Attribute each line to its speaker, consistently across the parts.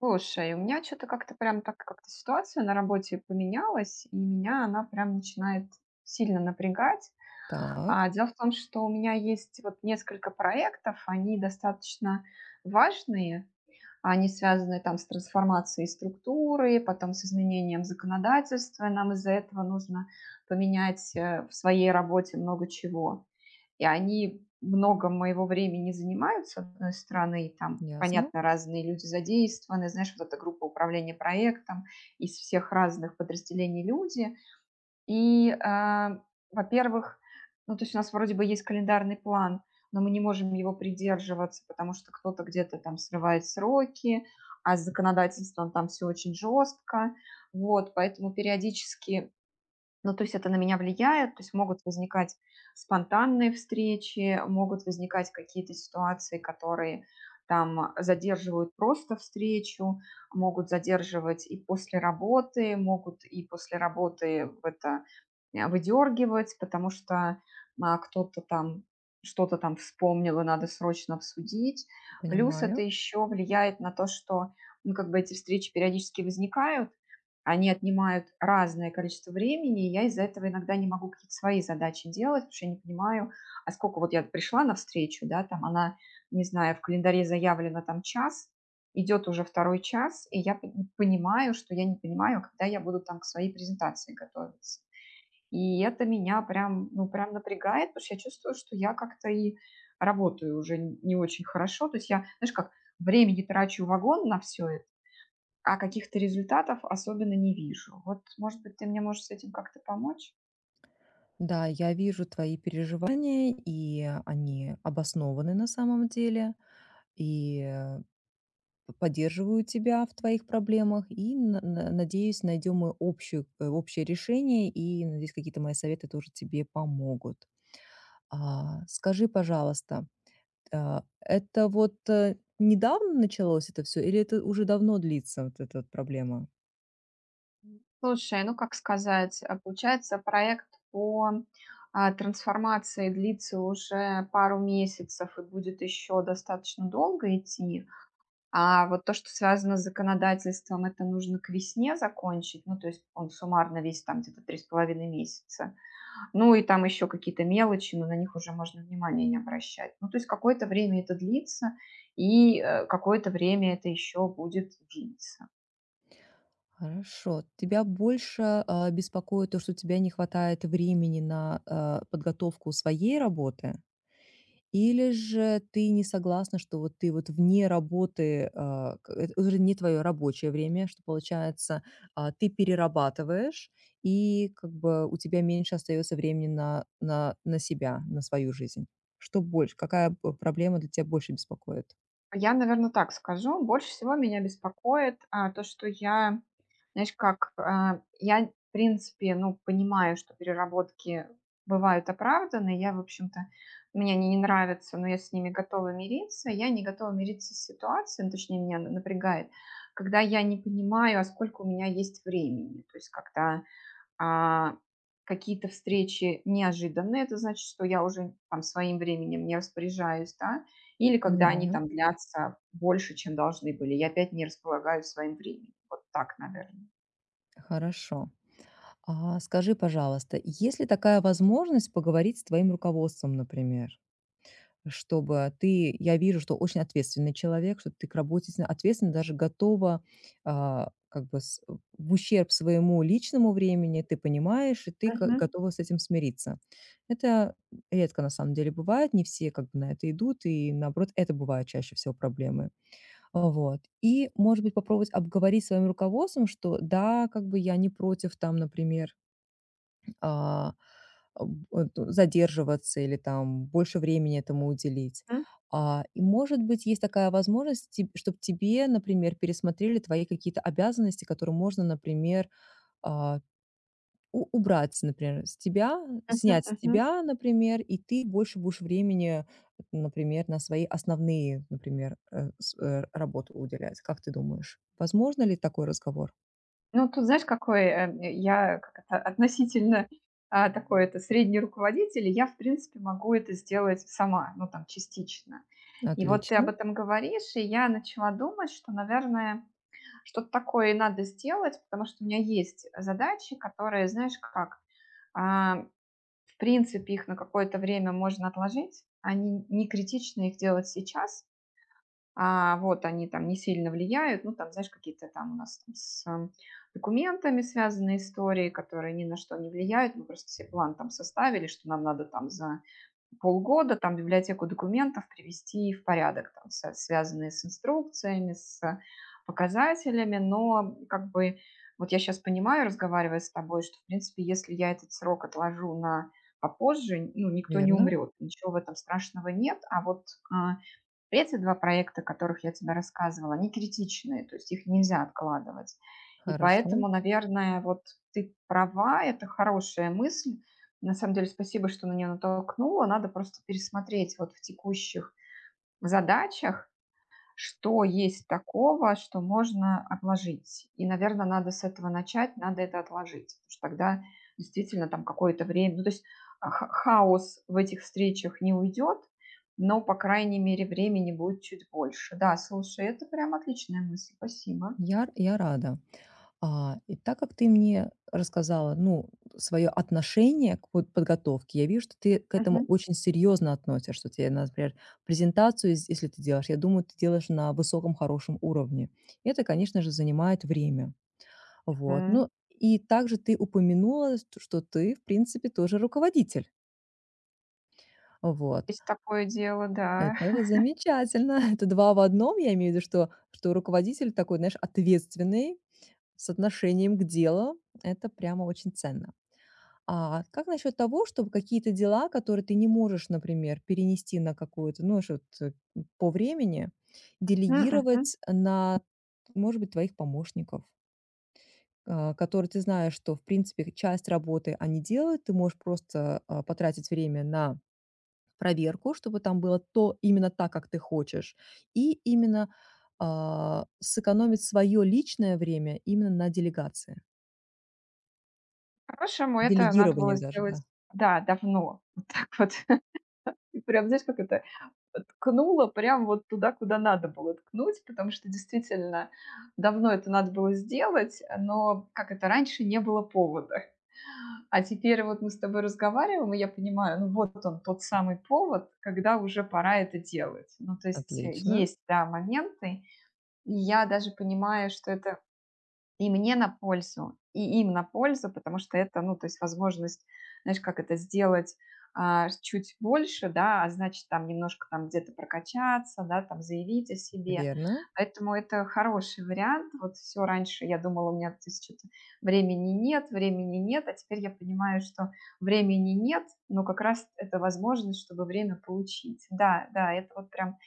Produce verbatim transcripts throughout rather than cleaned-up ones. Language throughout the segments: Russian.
Speaker 1: Слушай, у меня что то как-то прям так как-то ситуация на работе поменялась, и меня она прям начинает сильно напрягать.
Speaker 2: Так,
Speaker 1: А, дело в том, что у меня есть вот несколько проектов, они достаточно важные, они связаны там с трансформацией структуры, потом с изменением законодательства. и Нам из-за этого нужно поменять э, в своей работе много чего и они много моего времени занимают, с одной стороны, и там,
Speaker 2: ясно,
Speaker 1: понятно, разные люди задействованы, знаешь, вот эта группа управления проектом, из всех разных подразделений люди. И, а, Во-первых, ну, то есть у нас вроде бы есть календарный план, но мы не можем его придерживаться, потому что кто-то где-то там срывает сроки, а с законодательством там все очень жестко. Вот, поэтому периодически ну, то есть это на меня влияет, то есть могут возникать спонтанные встречи, могут возникать какие-то ситуации, которые там задерживают просто встречу, могут задерживать и после работы, могут и после работы в это э, выдергивать, потому что а, кто-то там что-то там вспомнил и надо срочно обсудить. Плюс это
Speaker 2: понимаю.
Speaker 1: еще влияет на то, что ну, как бы эти встречи периодически возникают, они отнимают разное количество времени, и я из-за этого иногда не могу какие-то свои задачи делать, потому что я не понимаю, а сколько вот я пришла на встречу, да, там она, не знаю, в календаре заявлено там час, идет уже второй час, и я понимаю, что я не понимаю, когда я буду там к своей презентации готовиться. И это меня прям, ну, прям напрягает, потому что я чувствую, что я как-то и работаю уже не очень хорошо. То есть я, знаешь, как времени трачу вагон на все это, а каких-то результатов особенно не вижу. Вот, может быть, ты мне можешь с этим как-то помочь?
Speaker 2: Да, я вижу твои переживания, и они обоснованы на самом деле, и э, п- поддерживаю тебя в твоих проблемах, и на- на- надеюсь, найдем мы общую, э, общее решение, и надеюсь, какие-то мои советы тоже тебе помогут. А, скажи, пожалуйста, а, это вот э, недавно началось это все, или это уже давно длится, вот эта вот проблема?
Speaker 1: Слушай, ну как сказать, а, получается, проект по а, трансформации длится уже пару месяцев и будет еще достаточно долго идти. А вот то, что связано с законодательством, это нужно к весне закончить. Ну, то есть он суммарно весь там где-то три с половиной месяца. Ну и там еще какие-то мелочи, но на них уже можно внимания не обращать. Ну, то есть какое-то время это длится, и э, какое-то время это еще будет длиться.
Speaker 2: Хорошо. Тебя больше, а, беспокоит то, что у тебя не хватает времени на, а, подготовку своей работы? Или же ты не согласна, что вот ты вот вне работы, а, к это уже не твое рабочее время, что получается, а, ты перерабатываешь, и как бы у тебя меньше остается времени на на на себя, на свою жизнь? Что больше? Какая, э, проблема для тебя больше беспокоит?
Speaker 1: Я, наверное, так скажу. Больше всего меня беспокоит, а, то, что я, знаешь, как, а, я, в принципе, ну, понимаю, что переработки бывают оправданы. Я, в общем-то, мне они не нравятся, но я с ними готова мириться. Я не готова мириться с ситуацией, ну, точнее, меня н напрягает, когда я не понимаю, а сколько у меня есть времени. То есть когда а какие-то встречи неожиданные — это значит, что я уже там своим временем не распоряжаюсь, да, или когда они
Speaker 2: Понимаю.
Speaker 1: там длятся больше, чем должны были. Я опять не располагаю своим временем. Вот так, наверное.
Speaker 2: Хорошо. А скажи, пожалуйста, есть ли такая возможность поговорить с твоим руководством, например? Чтобы ты, я вижу, что очень ответственный человек, что ты к работе с- ответственно даже готова, а, как бы с- э, в ущерб своему личному времени, ты понимаешь, и ты ко-
Speaker 1: Мгм,
Speaker 2: готова с этим смириться. Это редко на самом деле бывает, не все как бы на это идут, и наоборот, это бывают чаще всего проблемы. А, Вот. И, может быть, попробовать обговорить с своим руководством, что да, как бы я не против там, например, а, об э, задерживаться или там больше времени этому уделить.
Speaker 1: м,
Speaker 2: А, и, может быть, есть такая возможность, чтобы тебе, например, пересмотрели твои какие-то обязанности, которые можно, например, а, у убрать, например, с тебя,
Speaker 1: мгм,
Speaker 2: снять с
Speaker 1: мгм.
Speaker 2: тебя, например, и ты больше будешь времени, например, на свои основные, например, э, с э, работу уделять. Как ты думаешь, возможно ли такой разговор?
Speaker 1: Ну, тут знаешь, какой, э, я как это относительно, а, такой это средний руководитель, и я, в принципе, могу это сделать сама, ну, там, частично. И вот ты об
Speaker 2: Отлично,
Speaker 1: этом говоришь, и я начала думать, что, наверное, что-то такое надо сделать, потому что у меня есть задачи, которые, знаешь, как, а, в принципе, их на какое-то время можно отложить. Они не критично их делать сейчас, а, вот они там не сильно влияют. Ну, там, знаешь, какие-то там у нас там с э, документами связанные истории, которые ни на что не влияют. Мы просто себе план там составили, что нам надо там за полгода там библиотеку документов привести в порядок, там, со- связанные с инструкциями, с показателями, но как бы вот я сейчас понимаю, разговаривая с тобой, что, в принципе, если я этот срок отложу на попозже, ну, никто не
Speaker 2: верно,
Speaker 1: умрет, ничего в этом страшного нет, а вот а, эти два проекта, о которых я тебе рассказывала, они критичные, то есть их нельзя откладывать. И
Speaker 2: хорошо.
Speaker 1: поэтому, наверное, вот ты права, это хорошая мысль. На самом деле, спасибо, что на нее натолкнула. Надо просто пересмотреть вот в текущих задачах, что есть такого, что можно отложить? И, наверное, надо с этого начать, надо это отложить, потому что тогда действительно там какое-то время, ну, то есть а, ха- хаос в этих встречах не уйдет, но, по крайней мере, времени будет чуть больше. Да, слушай, это прям отличная мысль, спасибо.
Speaker 2: Я я рада. А, и так как ты мне рассказала, ну, свое отношение к вот подготовке, я вижу, что ты к этому
Speaker 1: Мгм.
Speaker 2: очень серьезно относишься, что тебе, например, презентацию, ес- если ты делаешь, я думаю, ты делаешь на высоком, хорошем уровне. И это, конечно же, занимает время. Вот.
Speaker 1: М.
Speaker 2: Ну, и также ты упомянула, т- что ты, в принципе, тоже руководитель. Вот.
Speaker 1: Есть такое дело, да.
Speaker 2: Это замечательно. Это два в одном. Я имею в виду, что, что руководитель такой, знаешь, ответственный, с отношением к делу. Это прямо очень ценно. А как насчет того, чтобы какие-то дела, которые ты не можешь, например, перенести на какую-то ну, что вот, э, по времени,
Speaker 1: Мгм, мгм.
Speaker 2: делегировать на, может быть, твоих помощников, а, которые ты знаешь, что, в принципе, часть работы они делают, ты можешь просто а, потратить время на проверку, чтобы там было то именно так, как ты хочешь, и именно а, сэкономить свое личное время именно на делегации.
Speaker 1: По-хорошему, это надо
Speaker 2: Делегирование
Speaker 1: было
Speaker 2: даже,
Speaker 1: сделать,
Speaker 2: да.
Speaker 1: да, давно. Вот так вот. И прям, знаешь, как это ткнула прям вот туда, куда надо было ткнуть, потому что действительно давно это надо было сделать, но как это раньше не было повода. А теперь вот мы с тобой разговариваем, и я понимаю, ну вот он тот самый повод, когда уже пора это делать. Ну то есть э,
Speaker 2: Отлично,
Speaker 1: есть, да, моменты, и я даже понимаю, что это и мне на пользу, и им на пользу, потому что это, ну, то есть возможность, знаешь, как это сделать а, чуть больше, да, а значит, там немножко там где-то прокачаться, да, там заявить о себе.
Speaker 2: верно.
Speaker 1: Поэтому это хороший вариант. Вот все раньше я думала, у меня то есть что-то времени нет, времени нет, а теперь я понимаю, что времени нет, но как раз это возможность, чтобы время получить. Да, да, это вот прям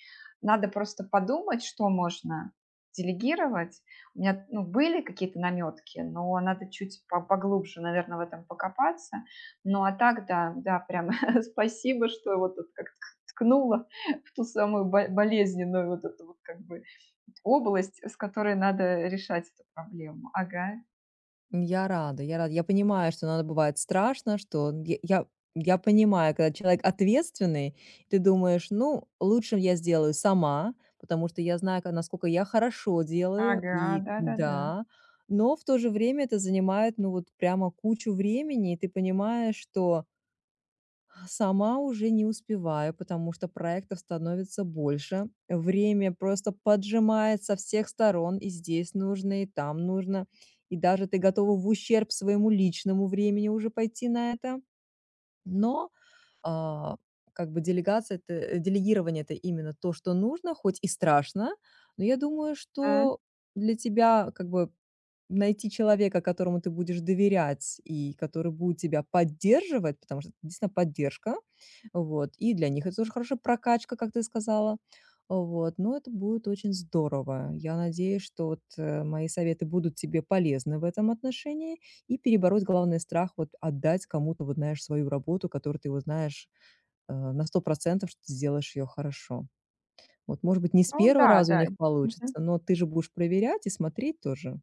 Speaker 1: надо просто подумать, что можно делегировать, у меня ну, были какие-то наметки, но надо чуть по- поглубже, наверное, в этом покопаться. Ну а так, да, да, прям спасибо, что вот тут как ткнула в ту самую бо- болезненную вот эту вот как бы область, с которой надо решать эту проблему. Ага,
Speaker 2: Я рада, я рада. Я понимаю, что надо бывает страшно, что я я я понимаю, когда человек ответственный, ты думаешь: "Ну, лучше я сделаю сама, потому что я знаю, ка насколько я хорошо делаю".
Speaker 1: ага,
Speaker 2: И
Speaker 1: да-да-да.
Speaker 2: да, но в то же время это занимает, ну, вот прямо кучу времени, и ты понимаешь, что а сама уже не успеваю, потому что проектов становится больше. Время просто поджимает со всех сторон, и здесь нужно, и там нужно. И даже ты готова в ущерб своему личному времени уже пойти на это. Но, а, как бы делегация это, э, делегирование — это именно то, что нужно, хоть и страшно, но я думаю,
Speaker 1: М.
Speaker 2: что для тебя как бы найти человека, которому ты будешь доверять и который будет тебя поддерживать, потому что это действительно поддержка. Вот. И для них это тоже хорошая прокачка, как ты сказала. Вот. Но это будет очень здорово. Я надеюсь, что вот, э, мои советы будут тебе полезны в этом отношении и перебороть главный страх вот отдать кому-то, вот знаешь, свою работу, которую ты вот знаешь, э, на сто процентов, что ты сделаешь ее хорошо. Вот, может быть, не с
Speaker 1: Ну
Speaker 2: первого
Speaker 1: да,
Speaker 2: раза у
Speaker 1: да.
Speaker 2: них получится, но ты же будешь проверять и смотреть тоже.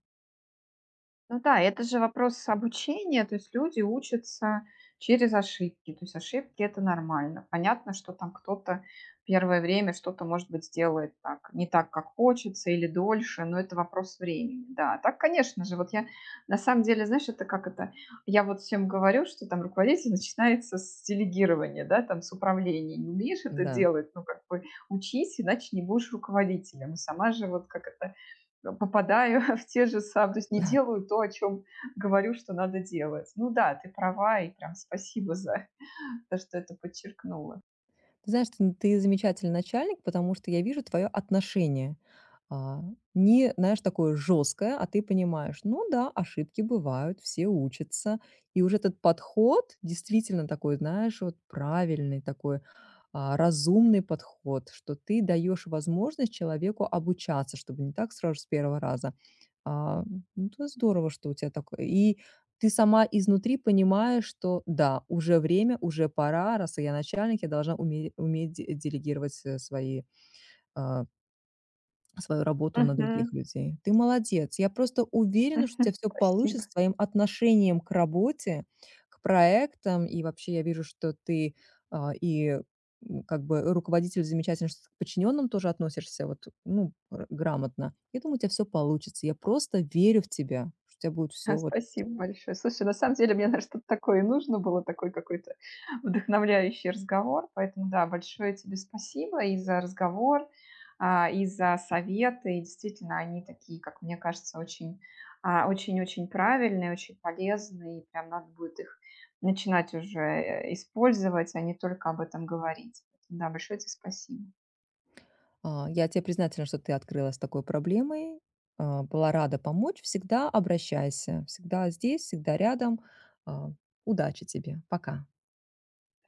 Speaker 1: Ну да, это же вопрос обучения, то есть люди учатся через ошибки, то есть ошибки это нормально. Понятно, что там кто-то первое время что-то, может быть, сделает так, не так, как хочется или дольше, но это вопрос времени, да. Так, конечно же, вот я на самом деле, знаешь, это как это, я вот всем говорю, что там руководитель начинается с делегирования, да, там с управления. Не умеешь это
Speaker 2: Да.
Speaker 1: делать, ну как бы учись, иначе не будешь руководителем. И сама же вот как это э, попадаю в те же самые, то есть не делаю то, о чем говорю, что надо делать. Ну да, ты права, и прям спасибо за то, что это подчеркнула.
Speaker 2: Ты знаешь, ты, ты замечательный начальник, потому что я вижу твое отношение. А, Не, знаешь, такое жесткое, а ты понимаешь, ну да, ошибки бывают, все учатся. И уже этот подход действительно такой, знаешь, вот правильный такой, а, разумный подход, что ты даешь возможность человеку обучаться, чтобы не так сразу с первого раза. А, ну, это здорово, что у тебя такое. И ты сама изнутри понимаешь, что да, уже время, уже пора, раз я начальник, я должна уме уметь де делегировать, э, свои, а, свою работу на других
Speaker 1: Мгм.
Speaker 2: людей. Ты молодец. Я просто уверена, что у тебя всё
Speaker 1: Спасибо.
Speaker 2: получится с твоим отношением к работе, к проектам. И вообще я вижу, что ты, а, и, м, как бы руководитель замечательно, что к подчиненным тоже относишься вот, ну, р грамотно. Я думаю, у тебя все получится. Я просто верю в тебя, что у тебя будет
Speaker 1: А,
Speaker 2: все вот.
Speaker 1: спасибо большое. Слушай, на самом деле мне, наверно, что-то такое и нужно было, такой какой-то вдохновляющий разговор. Поэтому да, большое тебе спасибо и за разговор, а, и за советы. И действительно, они такие, как мне кажется, очень, а, очень-очень правильные, очень полезные. И прям надо будет их начинать уже, э, использовать, а не только об этом говорить. Поэтому да, большое тебе спасибо.
Speaker 2: А, я тебе признательна, что ты открылась с такой проблемой. А, была рада помочь. Всегда обращайся. Всегда здесь, всегда рядом. А, Удачи тебе. Пока.